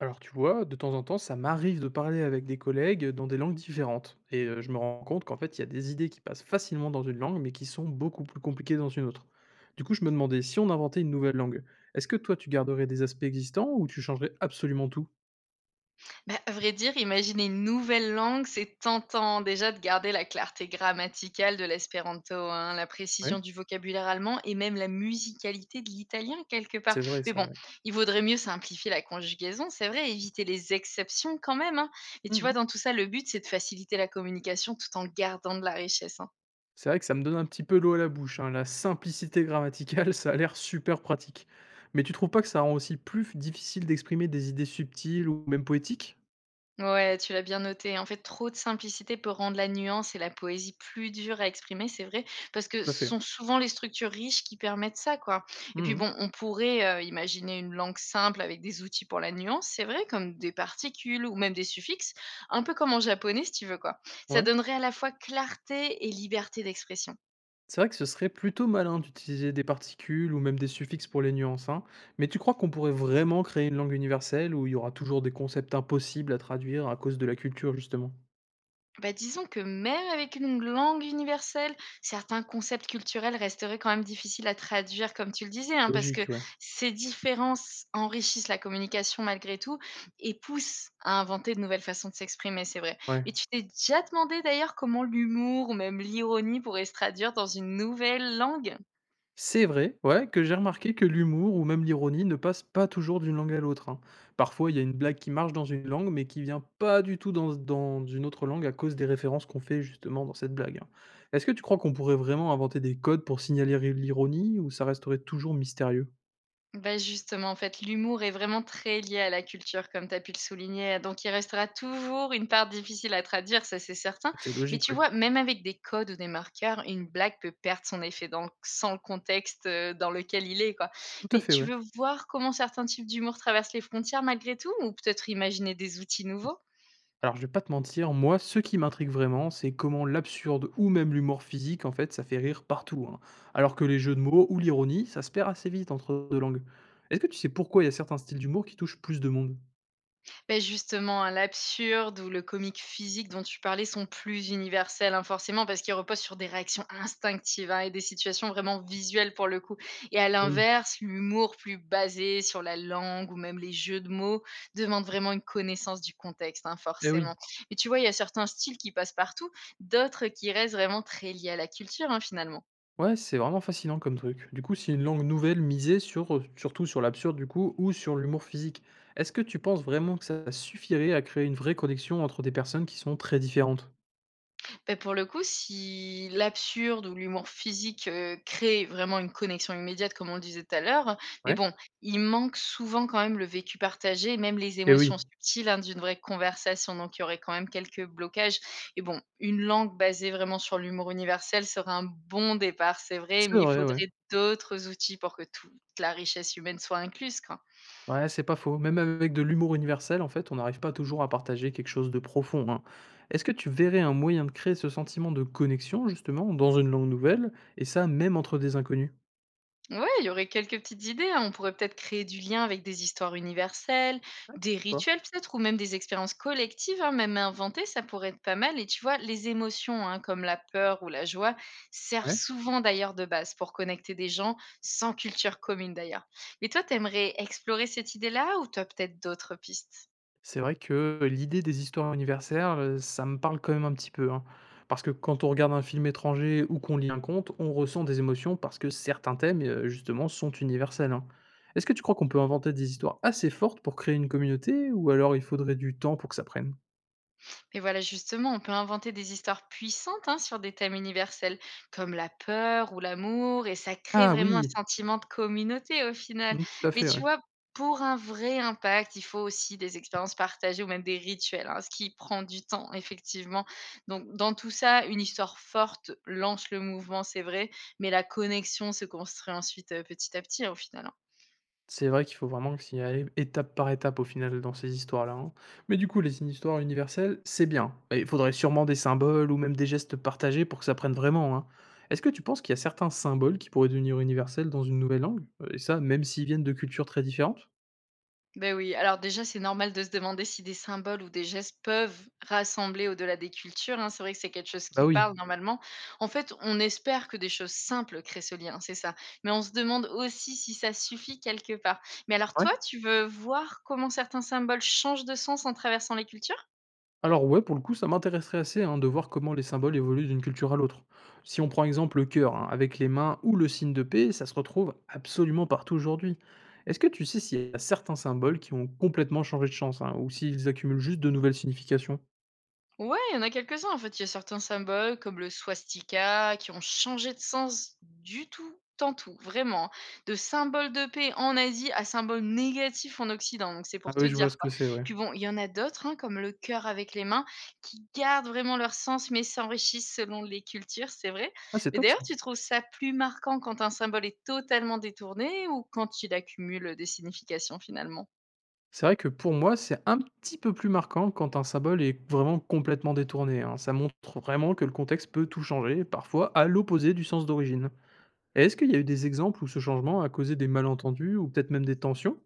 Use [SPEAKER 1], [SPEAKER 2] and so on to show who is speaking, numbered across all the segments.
[SPEAKER 1] Alors tu vois, de temps en temps, ça m'arrive de parler avec des collègues dans des langues différentes. Je me rends compte qu'en fait, il y a des idées qui passent facilement dans une langue, mais qui sont beaucoup plus compliquées dans une autre. Du coup, je me demandais, si on inventait une nouvelle langue, est-ce que toi, tu garderais des aspects existants ou tu changerais absolument tout?
[SPEAKER 2] Bah, à vrai dire, imaginer une nouvelle langue, c'est tentant déjà de garder la clarté grammaticale de l'espéranto, hein, la
[SPEAKER 1] Ouais.
[SPEAKER 2] précision du vocabulaire allemand et même la musicalité de l'italien quelque part.
[SPEAKER 1] C'est vrai,
[SPEAKER 2] Mais
[SPEAKER 1] ça,
[SPEAKER 2] bon,
[SPEAKER 1] ouais.
[SPEAKER 2] il vaudrait mieux simplifier la conjugaison, c'est vrai, éviter les exceptions quand même, hein. Et tu vois,
[SPEAKER 1] Mhm.
[SPEAKER 2] dans tout ça, le but, c'est de faciliter la communication tout en gardant de la richesse, hein.
[SPEAKER 1] C'est vrai que ça me donne un petit peu l'eau à la bouche, hein. La simplicité grammaticale, ça a l'air super pratique. Mais tu trouves pas que ça rend aussi plus difficile d'exprimer des idées subtiles ou même poétiques?
[SPEAKER 2] Ouais, tu l'as bien noté. En fait, trop de simplicité peut rendre la nuance et la poésie plus dures à exprimer, c'est vrai, parce que
[SPEAKER 1] Tout à
[SPEAKER 2] ce
[SPEAKER 1] fait.
[SPEAKER 2] sont souvent les structures riches qui permettent ça, quoi. Et puis
[SPEAKER 1] Mhm.
[SPEAKER 2] bon, on pourrait imaginer une langue simple avec des outils pour la nuance, c'est vrai, comme des particules ou même des suffixes, un peu comme en japonais, si tu veux, quoi. Ça
[SPEAKER 1] Ouais.
[SPEAKER 2] donnerait à la fois clarté et liberté d'expression.
[SPEAKER 1] C'est vrai que ce serait plutôt malin d'utiliser des particules ou même des suffixes pour les nuances, hein. Mais tu crois qu'on pourrait vraiment créer une langue universelle où il y aura toujours des concepts impossibles à traduire à cause de la culture, justement?
[SPEAKER 2] Bah, disons que même avec une langue universelle, certains concepts culturels resteraient quand même difficiles à traduire, comme tu le disais, hein, parce
[SPEAKER 1] Logique,
[SPEAKER 2] que
[SPEAKER 1] ouais.
[SPEAKER 2] ces différences enrichissent la communication malgré tout et poussent à inventer de nouvelles façons de s'exprimer, c'est vrai.
[SPEAKER 1] Ouais.
[SPEAKER 2] Mais tu t'es déjà demandé d'ailleurs comment l'humour ou même l'ironie pourrait se traduire dans une nouvelle langue?
[SPEAKER 1] C'est vrai, ouais, que j'ai remarqué que l'humour ou même l'ironie ne passe pas toujours d'une langue à l'autre, hein. Parfois, il y a une blague qui marche dans une langue, mais qui vient pas du tout dans une autre langue à cause des références qu'on fait justement dans cette blague, hein. Est-ce que tu crois qu'on pourrait vraiment inventer des codes pour signaler l'ironie ou ça resterait toujours mystérieux?
[SPEAKER 2] Bah, justement, en fait, l'humour est vraiment très lié à la culture, comme tu as pu le souligner. Donc, il restera toujours une part difficile à traduire, ça c'est certain.
[SPEAKER 1] C'est
[SPEAKER 2] Mais
[SPEAKER 1] logique,
[SPEAKER 2] tu
[SPEAKER 1] oui.
[SPEAKER 2] vois, même avec des codes ou des marqueurs, une blague peut perdre son effet dans, sans le contexte dans lequel il est, quoi.
[SPEAKER 1] Tout à
[SPEAKER 2] Mais
[SPEAKER 1] fait,
[SPEAKER 2] tu
[SPEAKER 1] ouais.
[SPEAKER 2] veux voir comment certains types d'humour traversent les frontières malgré tout, ou peut-être imaginer des outils nouveaux?
[SPEAKER 1] Alors, je vais pas te mentir, moi, ce qui m'intrigue vraiment, c'est comment l'absurde ou même l'humour physique, en fait, ça fait rire partout, hein. Alors que les jeux de mots ou l'ironie, ça se perd assez vite entre deux langues. Est-ce que tu sais pourquoi il y a certains styles d'humour qui touchent plus de monde?
[SPEAKER 2] Beh, justement, hein, l'absurde ou le comique physique dont tu parlais sont plus universels, hein, forcément, parce qu'ils reposent sur des réactions instinctives, hein, et des situations vraiment visuelles pour le coup. Et à
[SPEAKER 1] Ah oui.
[SPEAKER 2] l'inverse, l'humour plus basé sur la langue ou même les jeux de mots demande vraiment une connaissance du contexte, hein,
[SPEAKER 1] Eh
[SPEAKER 2] forcément.
[SPEAKER 1] oui.
[SPEAKER 2] Mais tu vois, il y a certains styles qui passent partout, d'autres qui restent vraiment très liés à la culture, hein, finalement.
[SPEAKER 1] Ouais, c'est vraiment fascinant comme truc. Du coup, si une langue nouvelle misait surtout sur l'absurde, du coup, ou sur l'humour physique, est-ce que tu penses vraiment que ça suffirait à créer une vraie connexion entre des personnes qui sont très différentes?
[SPEAKER 2] Beh, pour le coup, si l'absurde ou l'humour physique, crée vraiment une connexion immédiate comme on le disait tout à l'heure, mais
[SPEAKER 1] Ouais.
[SPEAKER 2] bon, il manque souvent quand même le vécu partagé et même les
[SPEAKER 1] Eh
[SPEAKER 2] émotions
[SPEAKER 1] oui.
[SPEAKER 2] subtiles, hein, d'une vraie conversation, donc il y aurait quand même quelques blocages et bon, une langue basée vraiment sur l'humour universel serait un bon départ, c'est vrai,
[SPEAKER 1] C'est
[SPEAKER 2] mais il
[SPEAKER 1] vrai, ouais.
[SPEAKER 2] faudrait d'autres outils pour que toute la richesse humaine soit incluse, quoi.
[SPEAKER 1] Ouais, c'est pas faux. Même avec de l'humour universel, en fait, on n'arrive pas toujours à partager quelque chose de profond, hein. Est-ce que tu verrais un moyen de créer ce sentiment de connexion, justement, dans une langue nouvelle, et ça même entre des inconnus?
[SPEAKER 2] Ouais, il y aurait quelques petites idées, hein. On pourrait peut-être créer du lien avec des histoires universelles,
[SPEAKER 1] Ouais,
[SPEAKER 2] des
[SPEAKER 1] pourquoi
[SPEAKER 2] rituels peut-être, ou même des expériences collectives, hein, même inventées, ça pourrait être pas mal. Et tu vois, les émotions, hein, comme la peur ou la joie,
[SPEAKER 1] pas.
[SPEAKER 2] servent
[SPEAKER 1] Ouais.
[SPEAKER 2] souvent d'ailleurs de base pour connecter des gens sans culture commune d'ailleurs. Mais toi, t'aimerais explorer cette idée-là ou t'as peut-être d'autres pistes?
[SPEAKER 1] C'est vrai que l'idée des histoires universelles, ça me parle quand même un petit peu, hein. Parce que quand on regarde un film étranger ou qu'on lit un conte, on ressent des émotions parce que certains thèmes, justement, sont universels, hein. Est-ce que tu crois qu'on peut inventer des histoires assez fortes pour créer une communauté ou alors il faudrait du temps pour que ça prenne?
[SPEAKER 2] Et voilà, justement, on peut inventer des histoires puissantes, hein, sur des thèmes universels, comme la peur ou l'amour, et ça crée
[SPEAKER 1] Ah
[SPEAKER 2] vraiment un
[SPEAKER 1] oui!
[SPEAKER 2] sentiment de communauté au final.
[SPEAKER 1] Mmh, tout à
[SPEAKER 2] Mais
[SPEAKER 1] fait,
[SPEAKER 2] tu
[SPEAKER 1] ouais.
[SPEAKER 2] vois, pour un vrai impact, il faut aussi des expériences partagées ou même des rituels, hein, ce qui prend du temps, effectivement. Donc, dans tout ça, une histoire forte lance le mouvement, c'est vrai, mais la connexion se construit ensuite petit à petit, hein, au final, hein.
[SPEAKER 1] C'est vrai qu'il faut vraiment s'y aller étape par étape au final dans ces histoires-là, hein. Mais du coup, les histoires universelles, c'est bien. Et il faudrait sûrement des symboles ou même des gestes partagés pour que ça prenne vraiment, hein. Est-ce que tu penses qu'il y a certains symboles qui pourraient devenir universels dans une nouvelle langue? Et ça, même s'ils viennent de cultures très différentes?
[SPEAKER 2] Ben oui, alors déjà, c'est normal de se demander si des symboles ou des gestes peuvent rassembler au-delà des cultures, hein. C'est vrai que c'est quelque chose
[SPEAKER 1] Bah
[SPEAKER 2] qui
[SPEAKER 1] oui.
[SPEAKER 2] parle normalement. En fait, on espère que des choses simples créent ce lien, c'est ça. Mais on se demande aussi si ça suffit quelque part. Mais alors
[SPEAKER 1] Ouais.
[SPEAKER 2] toi, tu veux voir comment certains symboles changent de sens en traversant les cultures?
[SPEAKER 1] Alors ouais, pour le coup, ça m'intéresserait assez hein, de voir comment les symboles évoluent d'une culture à l'autre. Si on prend exemple le cœur, hein, avec les mains ou le signe de paix, ça se retrouve absolument partout aujourd'hui. Est-ce que tu sais s'il y a certains symboles qui ont complètement changé de chance, hein, ou s'ils accumulent juste de nouvelles significations?
[SPEAKER 2] Ouais, il y en a quelques-uns en fait. Il y a certains symboles comme le swastika qui ont changé de sens du tout en tout, vraiment. De symbole de paix en Asie à symbole négatif en Occident. Donc c'est
[SPEAKER 1] Ah
[SPEAKER 2] pour te
[SPEAKER 1] oui, je vois
[SPEAKER 2] dire
[SPEAKER 1] ce que
[SPEAKER 2] quoi.
[SPEAKER 1] c'est, ouais.
[SPEAKER 2] Puis bon, il y en a d'autres, hein, comme le cœur avec les mains qui gardent vraiment leur sens mais s'enrichissent selon les cultures, c'est vrai.
[SPEAKER 1] Ah, c'est
[SPEAKER 2] Mais
[SPEAKER 1] top ça.
[SPEAKER 2] d'ailleurs, tu trouves ça plus marquant quand un symbole est totalement détourné ou quand il accumule des significations finalement?
[SPEAKER 1] C'est vrai que pour moi, c'est un petit peu plus marquant quand un symbole est vraiment complètement détourné. Hein. Ça montre vraiment que le contexte peut tout changer, parfois à l'opposé du sens d'origine. Et est-ce qu'il y a eu des exemples où ce changement a causé des malentendus ou peut-être même des tensions?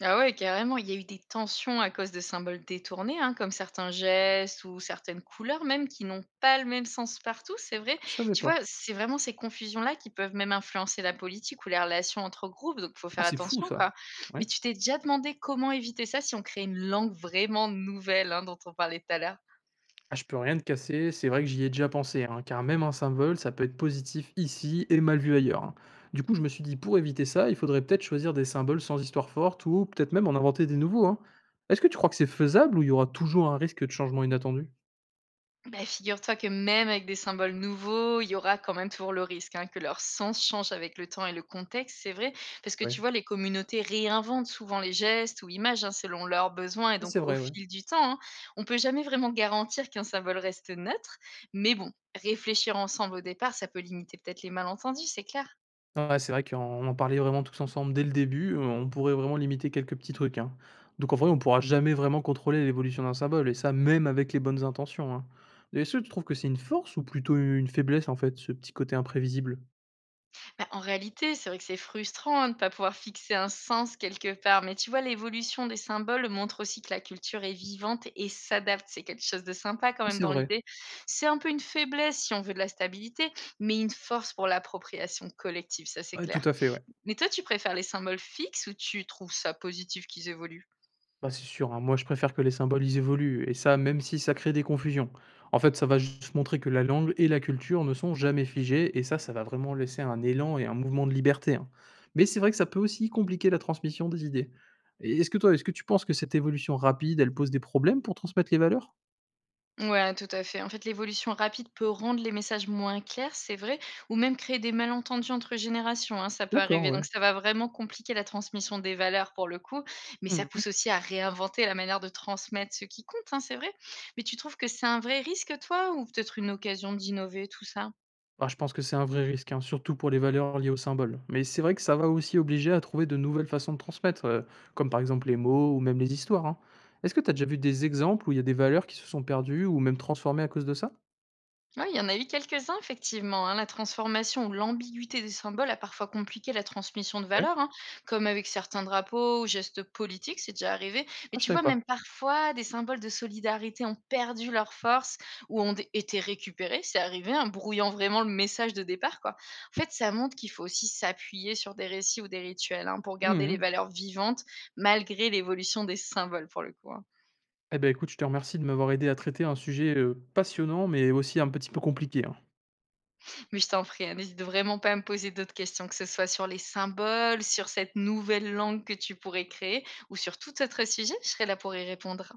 [SPEAKER 2] Ah ouais, carrément, il y a eu des tensions à cause de symboles détournés, hein, comme certains gestes ou certaines couleurs même qui n'ont pas le même sens partout, c'est vrai.
[SPEAKER 1] Ah, je savais
[SPEAKER 2] Tu
[SPEAKER 1] pas.
[SPEAKER 2] vois, c'est vraiment ces confusions-là qui peuvent même influencer la politique ou les relations entre groupes, donc il faut
[SPEAKER 1] Ah,
[SPEAKER 2] faire
[SPEAKER 1] c'est fou
[SPEAKER 2] attention,
[SPEAKER 1] ça.
[SPEAKER 2] quoi.
[SPEAKER 1] Ouais.
[SPEAKER 2] Mais tu t'es déjà demandé comment éviter ça si on crée une langue vraiment nouvelle, hein, dont on parlait tout à l'heure?
[SPEAKER 1] Ah, je peux rien te casser, c'est vrai que j'y ai déjà pensé, hein, car même un symbole, ça peut être positif ici et mal vu ailleurs, hein. Du coup, je me suis dit, pour éviter ça, il faudrait peut-être choisir des symboles sans histoire forte ou peut-être même en inventer des nouveaux, hein. Est-ce que tu crois que c'est faisable ou il y aura toujours un risque de changement inattendu?
[SPEAKER 2] Bah, figure-toi que même avec des symboles nouveaux, il y aura quand même toujours le risque, hein, que leur sens change avec le temps et le contexte, c'est vrai, parce que
[SPEAKER 1] Ouais.
[SPEAKER 2] tu vois, les communautés réinventent souvent les gestes ou images, hein, selon leurs besoins et
[SPEAKER 1] Ah, c'est
[SPEAKER 2] donc au
[SPEAKER 1] vrai, ouais.
[SPEAKER 2] fil du temps, hein, on peut jamais vraiment garantir qu'un symbole reste neutre, mais bon, réfléchir ensemble au départ, ça peut limiter peut-être les malentendus, c'est clair.
[SPEAKER 1] Ouais, c'est vrai qu'on on en parlait vraiment tous ensemble dès le début, on pourrait vraiment limiter quelques petits trucs, hein. Donc en vrai, on pourra jamais vraiment contrôler l'évolution d'un symbole et ça même avec les bonnes intentions, hein. Et est-ce que tu trouves que c'est une force ou plutôt une faiblesse en fait, ce petit côté imprévisible?
[SPEAKER 2] Bah, en réalité, c'est vrai que c'est frustrant, hein, de ne pas pouvoir fixer un sens quelque part, mais tu vois, l'évolution des symboles montre aussi que la culture est vivante et s'adapte. C'est quelque chose de sympa quand
[SPEAKER 1] Ah
[SPEAKER 2] même
[SPEAKER 1] c'est
[SPEAKER 2] dans
[SPEAKER 1] vrai.
[SPEAKER 2] l'idée. C'est un peu une faiblesse si on veut de la stabilité, mais une force pour l'appropriation collective, ça c'est
[SPEAKER 1] Ouais, tout
[SPEAKER 2] clair.
[SPEAKER 1] à fait, ouais.
[SPEAKER 2] Mais toi, tu préfères les symboles fixes ou tu trouves ça positif qu'ils évoluent?
[SPEAKER 1] Bah, c'est sûr, hein, moi je préfère que les symboles ils évoluent et ça même si ça crée des confusions. En fait, ça va juste montrer que la langue et la culture ne sont jamais figées et ça va vraiment laisser un élan et un mouvement de liberté, hein. Mais c'est vrai que ça peut aussi compliquer la transmission des idées. Et est-ce que toi, est-ce que tu penses que cette évolution rapide, elle pose des problèmes pour transmettre les valeurs?
[SPEAKER 2] Ouais, tout à fait. En fait, l'évolution rapide peut rendre les messages moins clairs, c'est vrai, ou même créer des malentendus entre générations, hein, ça peut
[SPEAKER 1] D'accord,
[SPEAKER 2] arriver.
[SPEAKER 1] ouais.
[SPEAKER 2] Donc, ça va vraiment compliquer la transmission des valeurs pour le coup, mais ça
[SPEAKER 1] Mmh.
[SPEAKER 2] pousse aussi à réinventer la manière de transmettre ce qui compte, hein, c'est vrai. Mais tu trouves que c'est un vrai risque, toi, ou peut-être une occasion d'innover, tout ça?
[SPEAKER 1] Ah, je pense que c'est un vrai risque, hein, surtout pour les valeurs liées aux symboles. Mais c'est vrai que ça va aussi obliger à trouver de nouvelles façons de transmettre, comme par exemple les mots ou même les histoires. Hein. Est-ce que tu as déjà vu des exemples où il y a des valeurs qui se sont perdues ou même transformées à cause de ça?
[SPEAKER 2] Ouais, il y en a eu quelques-uns, effectivement, hein. La transformation ou l'ambiguïté des symboles a parfois compliqué la transmission de
[SPEAKER 1] Ouais.
[SPEAKER 2] valeurs, hein, comme avec certains drapeaux ou gestes politiques, c'est déjà arrivé.
[SPEAKER 1] Ah,
[SPEAKER 2] Mais
[SPEAKER 1] je
[SPEAKER 2] tu
[SPEAKER 1] savais
[SPEAKER 2] vois, même
[SPEAKER 1] pas.
[SPEAKER 2] parfois, des symboles de solidarité ont perdu leur force ou ont été récupérés, c'est arrivé, hein, brouillant vraiment le message de départ, quoi. En fait, ça montre qu'il faut aussi s'appuyer sur des récits ou des rituels, hein, pour garder les
[SPEAKER 1] Mhm.
[SPEAKER 2] valeurs vivantes, malgré l'évolution des symboles, pour le coup, hein.
[SPEAKER 1] Eh ben écoute, je te remercie de m'avoir aidé à traiter un sujet passionnant, mais aussi un petit peu compliqué. Hein.
[SPEAKER 2] Mais je t'en prie, hein, n'hésite vraiment pas à me poser d'autres questions, que ce soit sur les symboles, sur cette nouvelle langue que tu pourrais créer ou sur tout autre sujet, je serai là pour y répondre.